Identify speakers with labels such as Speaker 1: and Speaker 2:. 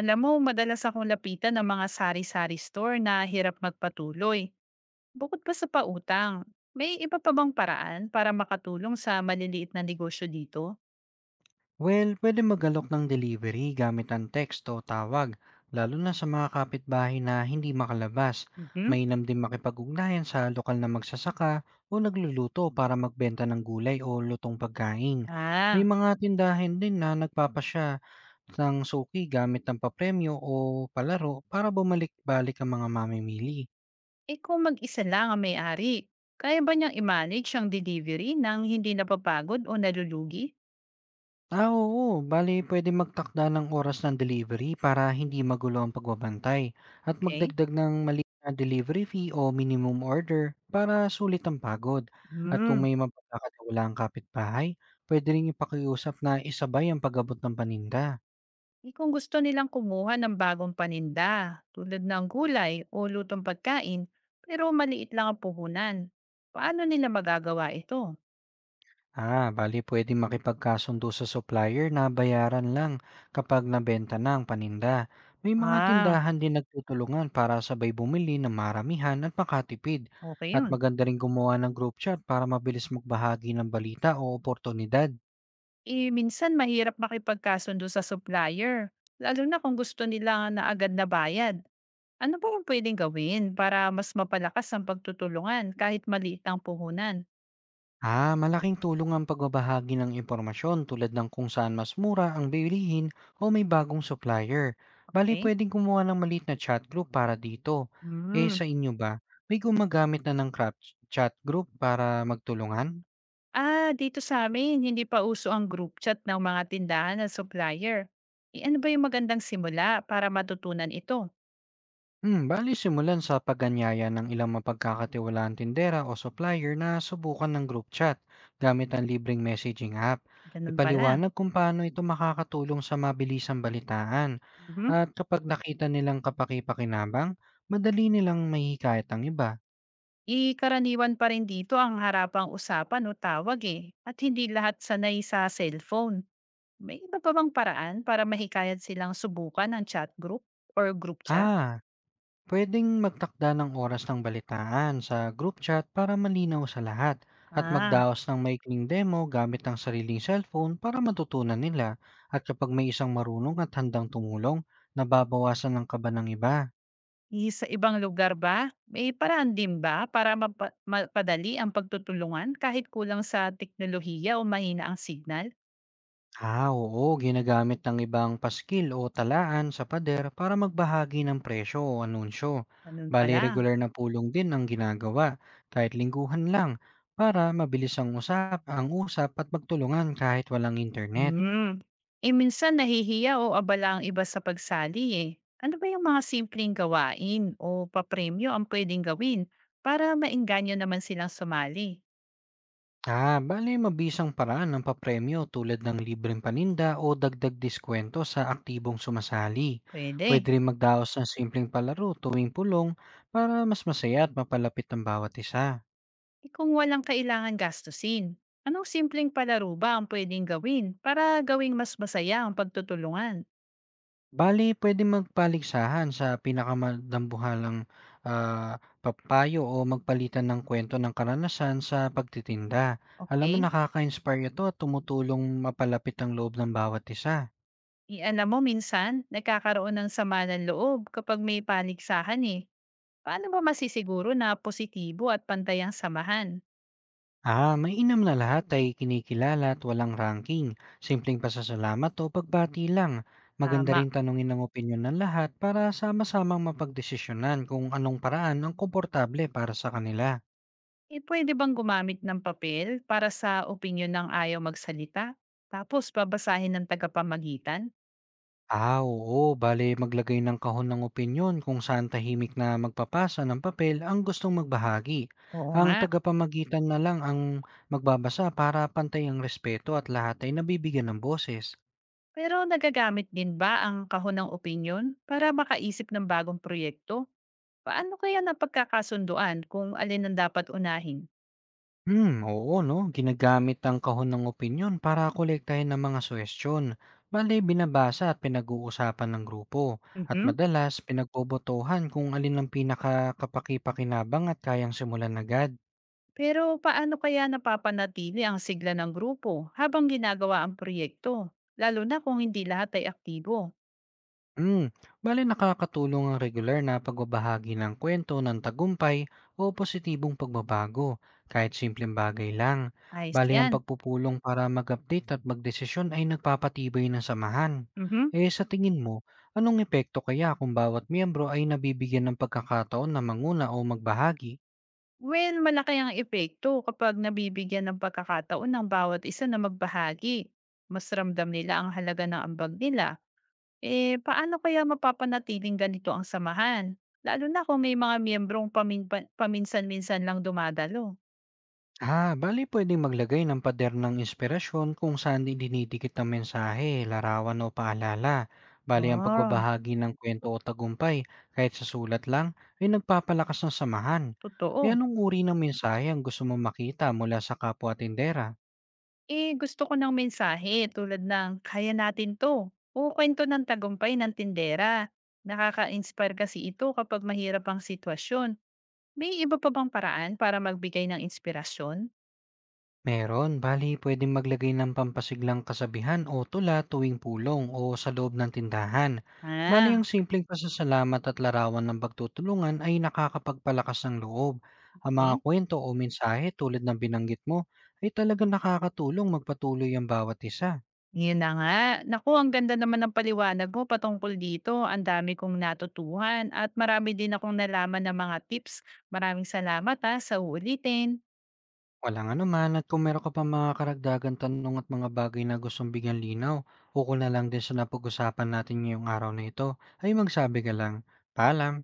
Speaker 1: Alam mo, madalas akong lapitan ng mga sari-sari store na hirap magpatuloy. Bukod pa sa pautang, may iba pa bang paraan para makatulong sa maliliit na negosyo dito?
Speaker 2: Well, pwede magalok ng delivery gamit ang text o tawag, lalo na sa mga kapitbahay na hindi makalabas.
Speaker 1: Mhm.
Speaker 2: Mainam din makipag-ugnayan sa lokal na magsasaka o nagluluto para magbenta ng gulay o lutong pagkain. May
Speaker 1: Ah,
Speaker 2: mga tindahan din na nagpapasya ng suki gamit ng papremyo o palaro para bumalik-balik ang mga mamimili.
Speaker 1: eh kung mag-isa lang ang may-ari, kaya ba niyang i-manage ang delivery nang hindi napapagod o nalulugi?
Speaker 2: Ah, oo. Bale, pwede magtakda ng oras ng delivery para hindi magulo ang pagbabantay at
Speaker 1: Okay.
Speaker 2: magdagdag ng maliit na delivery fee o minimum order para sulit ang pagod. At kung
Speaker 1: Hmm.
Speaker 2: may mapagkakatiwalaang kapitbahay, puwede rin ipakiusap na isabay ang pagabot ng paninda.
Speaker 1: Eh kung gusto nilang kumuha ng bagong paninda, tulad ng gulay o lutong pagkain, pero maliit lang ang puhunan, paano nila magagawa ito?
Speaker 2: Ah, bali pwedeng makipagkasundo sa supplier na bayaran lang kapag nabenta na ang paninda. May mga
Speaker 1: Ah,
Speaker 2: tindahan din nagtutulungan para sabay bumili ng maramihan at makatipid.
Speaker 1: okay
Speaker 2: At
Speaker 1: yun.
Speaker 2: maganda rin gumawa ng group chat para mabilis magbahagi ng balita o oportunidad.
Speaker 1: Eh, minsan mahirap makipagkasundo sa supplier, lalo na kung gusto nila na agad na bayad. Ano ba ang pwedeng gawin para mas mapalakas ang pagtutulungan kahit maliit ang puhunan?
Speaker 2: Ah, malaking tulong ang pagbabahagi ng impormasyon tulad ng kung saan mas mura ang bilihin o may bagong supplier. Bali,
Speaker 1: Okay?
Speaker 2: pwedeng gumawa ng maliit na chat group para dito. Eh,
Speaker 1: Hmm.
Speaker 2: sa inyo ba, may gumagamit na ng chat group para magtulungan?
Speaker 1: Ah, dito sa amin hindi pa uso ang group chat ng mga tindahan at supplier. Eh, ano ba yung magandang simula para matutunan ito?
Speaker 2: Hmm, bale simulan sa paganyaya ng ilang mapagkakatiwalaan tindera o supplier na subukan ng group chat gamit ang libreng messaging app.
Speaker 1: Ganun pala.
Speaker 2: Ipaliwanag kung paano ito makakatulong sa mabilisang balitaan.
Speaker 1: Mhm.
Speaker 2: At kapag nakita nilang kapakipakinabang, madali nilang mahihikayat ang iba.
Speaker 1: Karaniwan pa rin dito ang harapang usapan o tawag eh, at hindi lahat sanay sa cellphone. May iba pa bang paraan para mahikayat silang subukan ang chat group or group chat?
Speaker 2: Ah, Pwedeng magtakda ng oras ng balitaan sa group chat para malinaw sa lahat at
Speaker 1: Ah,
Speaker 2: magdaos ng maikling demo gamit ang sariling cellphone para matutunan nila, at kapag may isang marunong at handang tumulong, nababawasan ng kaba ng iba.
Speaker 1: eh, sa ibang lugar ba? May paraan din ba para mapadali ang pagtutulungan kahit kulang sa teknolohiya o mahina ang signal?
Speaker 2: Ah, oo, ginagamit ng ibang paskil o talaan sa pader para magbahagi ng presyo o anunsyo.
Speaker 1: Ganun
Speaker 2: Bali,
Speaker 1: pala.
Speaker 2: regular na pulong din ang ginagawa, kahit lingguhan lang, para mabilis ang usap at magtulungan kahit walang internet.
Speaker 1: Hmm. Eh, minsan nahihiya o abala ang iba sa pagsali eh. Ano ba yung mga simpleng gawain o papremyo ang pwedeng gawin para maengganyo naman silang sumali?
Speaker 2: Ah, bale mabisang paraan ng papremyo tulad ng libreng paninda o dagdag diskwento sa aktibong sumasali.
Speaker 1: Pwede.
Speaker 2: Pwede rin magdaos ng simpleng palaro tuwing pulong para mas masaya at mapalapit ang bawat isa.
Speaker 1: Eh, kung walang kailangan gastusin, anong simpleng palaro ba ang pwedeng gawin para gawing mas masaya ang pagtutulungan?
Speaker 2: Bali, pwede magpaligsahan sa pinakamadambuhalang ah, papayo o magpalitan ng kwento ng karanasan sa pagtitinda. Alam mo,
Speaker 1: Okay?
Speaker 2: nakaka-inspire ito at tumutulong mapalapit ang loob ng bawat isa.
Speaker 1: Eh, alam mo, minsan, nagkakaroon ng sama ng loob kapag may paligsahan eh. Paano ba masisiguro na positibo at pantay ang samahan?
Speaker 2: Ah, mainam na lahat ay kinikilala at walang ranking. Simpleng pasasalamat o pagbati lang. Maganda
Speaker 1: Tama.
Speaker 2: rin tanungin ng opinyon ng lahat para sama-samang mapagdesisyonan kung anong paraan ang komportable para sa kanila.
Speaker 1: Eh, puwede bang gumamit ng papel para sa opinyon ng ayaw magsalita, tapos babasahin ng tagapamagitan?
Speaker 2: Ah, oo, bale maglagay ng kahon ng opinyon kung saan tahimik na magpapasa ng papel ang gustong magbahagi.
Speaker 1: Oo
Speaker 2: Ang
Speaker 1: nga.
Speaker 2: tagapamagitan na lang ang magbabasa para pantay ang respeto at lahat ay nabibigyan ng boses.
Speaker 1: Pero nagagamit din ba ang kahon ng opinyon para makaisip ng bagong proyekto? Paano kaya napagkakasunduan kung alin ang dapat unahin?
Speaker 2: Hmm, oo 'no, ginagamit ang kahon ng opinyon para kolektahin ng mga suhestiyon. Bale binabasa at pinag-uusapan ng grupo at
Speaker 1: Mhm.
Speaker 2: madalas pinagbobotohan kung alin ang pinakakapakipakinabang at kayang simulan agad.
Speaker 1: Pero paano kaya napapanatili ang sigla ng grupo habang ginagawa ang proyekto? Lalo na kung hindi lahat ay aktibo.
Speaker 2: Hmm, bale nakakatulong ang regular na pagbabahagi ng kwento ng tagumpay o positibong pagbabago, kahit simpleng bagay lang.
Speaker 1: Ayos
Speaker 2: Bale ang
Speaker 1: yan.
Speaker 2: pagpupulong para mag-update at magdesisyon ay nagpapatibay ng samahan.
Speaker 1: Mhm.
Speaker 2: Eh sa tingin mo, anong epekto kaya kung bawat miyembro ay nabibigyan ng pagkakataon na manguna o magbahagi?
Speaker 1: Well, malaki ang epekto kapag nabibigyan ng pagkakataon ng bawat isa na magbahagi. Mas ramdam nila ang halaga ng ambag nila. Eh, paano kaya mapapanatiling ganito ang samahan? Lalo na kung may mga miyembrong paminsan-minsan lang dumadalo.
Speaker 2: Ah, bali pwedeng maglagay ng pader ng inspirasyon kung saan dinidikit ang mensahe, larawan o paalala. Bali ang
Speaker 1: Ah,
Speaker 2: pagbabahagi ng kwento o tagumpay, kahit sa sulat lang, ay nagpapalakas ng samahan. E
Speaker 1: totoo.
Speaker 2: anong uri ng mensahe ang gusto mong makita mula sa kapwa tindera?
Speaker 1: Eh, gusto ko ng mensahe tulad ng kaya natin to o kwento ng tagumpay ng tindera. Nakaka-inspire kasi ito kapag mahirap ang sitwasyon. May iba pa bang paraan para magbigay ng inspirasyon?
Speaker 2: Meron, bali pwedeng maglagay ng pampasiglang kasabihan o tula tuwing pulong o sa loob ng tindahan. Bali
Speaker 1: Ah,
Speaker 2: ang simpleng pasasalamat at larawan ng pagtutulungan ay nakakapagpalakas ng loob. Ang mga
Speaker 1: okay.
Speaker 2: kwento o mensahe tulad ng binanggit mo ay talagang nakakatulong magpatuloy ang bawat isa.
Speaker 1: Yun na nga. Naku, ang ganda naman ng paliwanag mo patungkol dito. Ang dami kong natutuhan at marami din akong nalaman ng mga tips. Maraming salamat, sa uulitin.
Speaker 2: Walang anuman, at kung meron ka pa mga karagdagan tanong at mga bagay na gustong bigyan linaw, ukol na lang din sa napag-usapan natin ngayong araw na ito, ay magsabi ka lang. Paalam!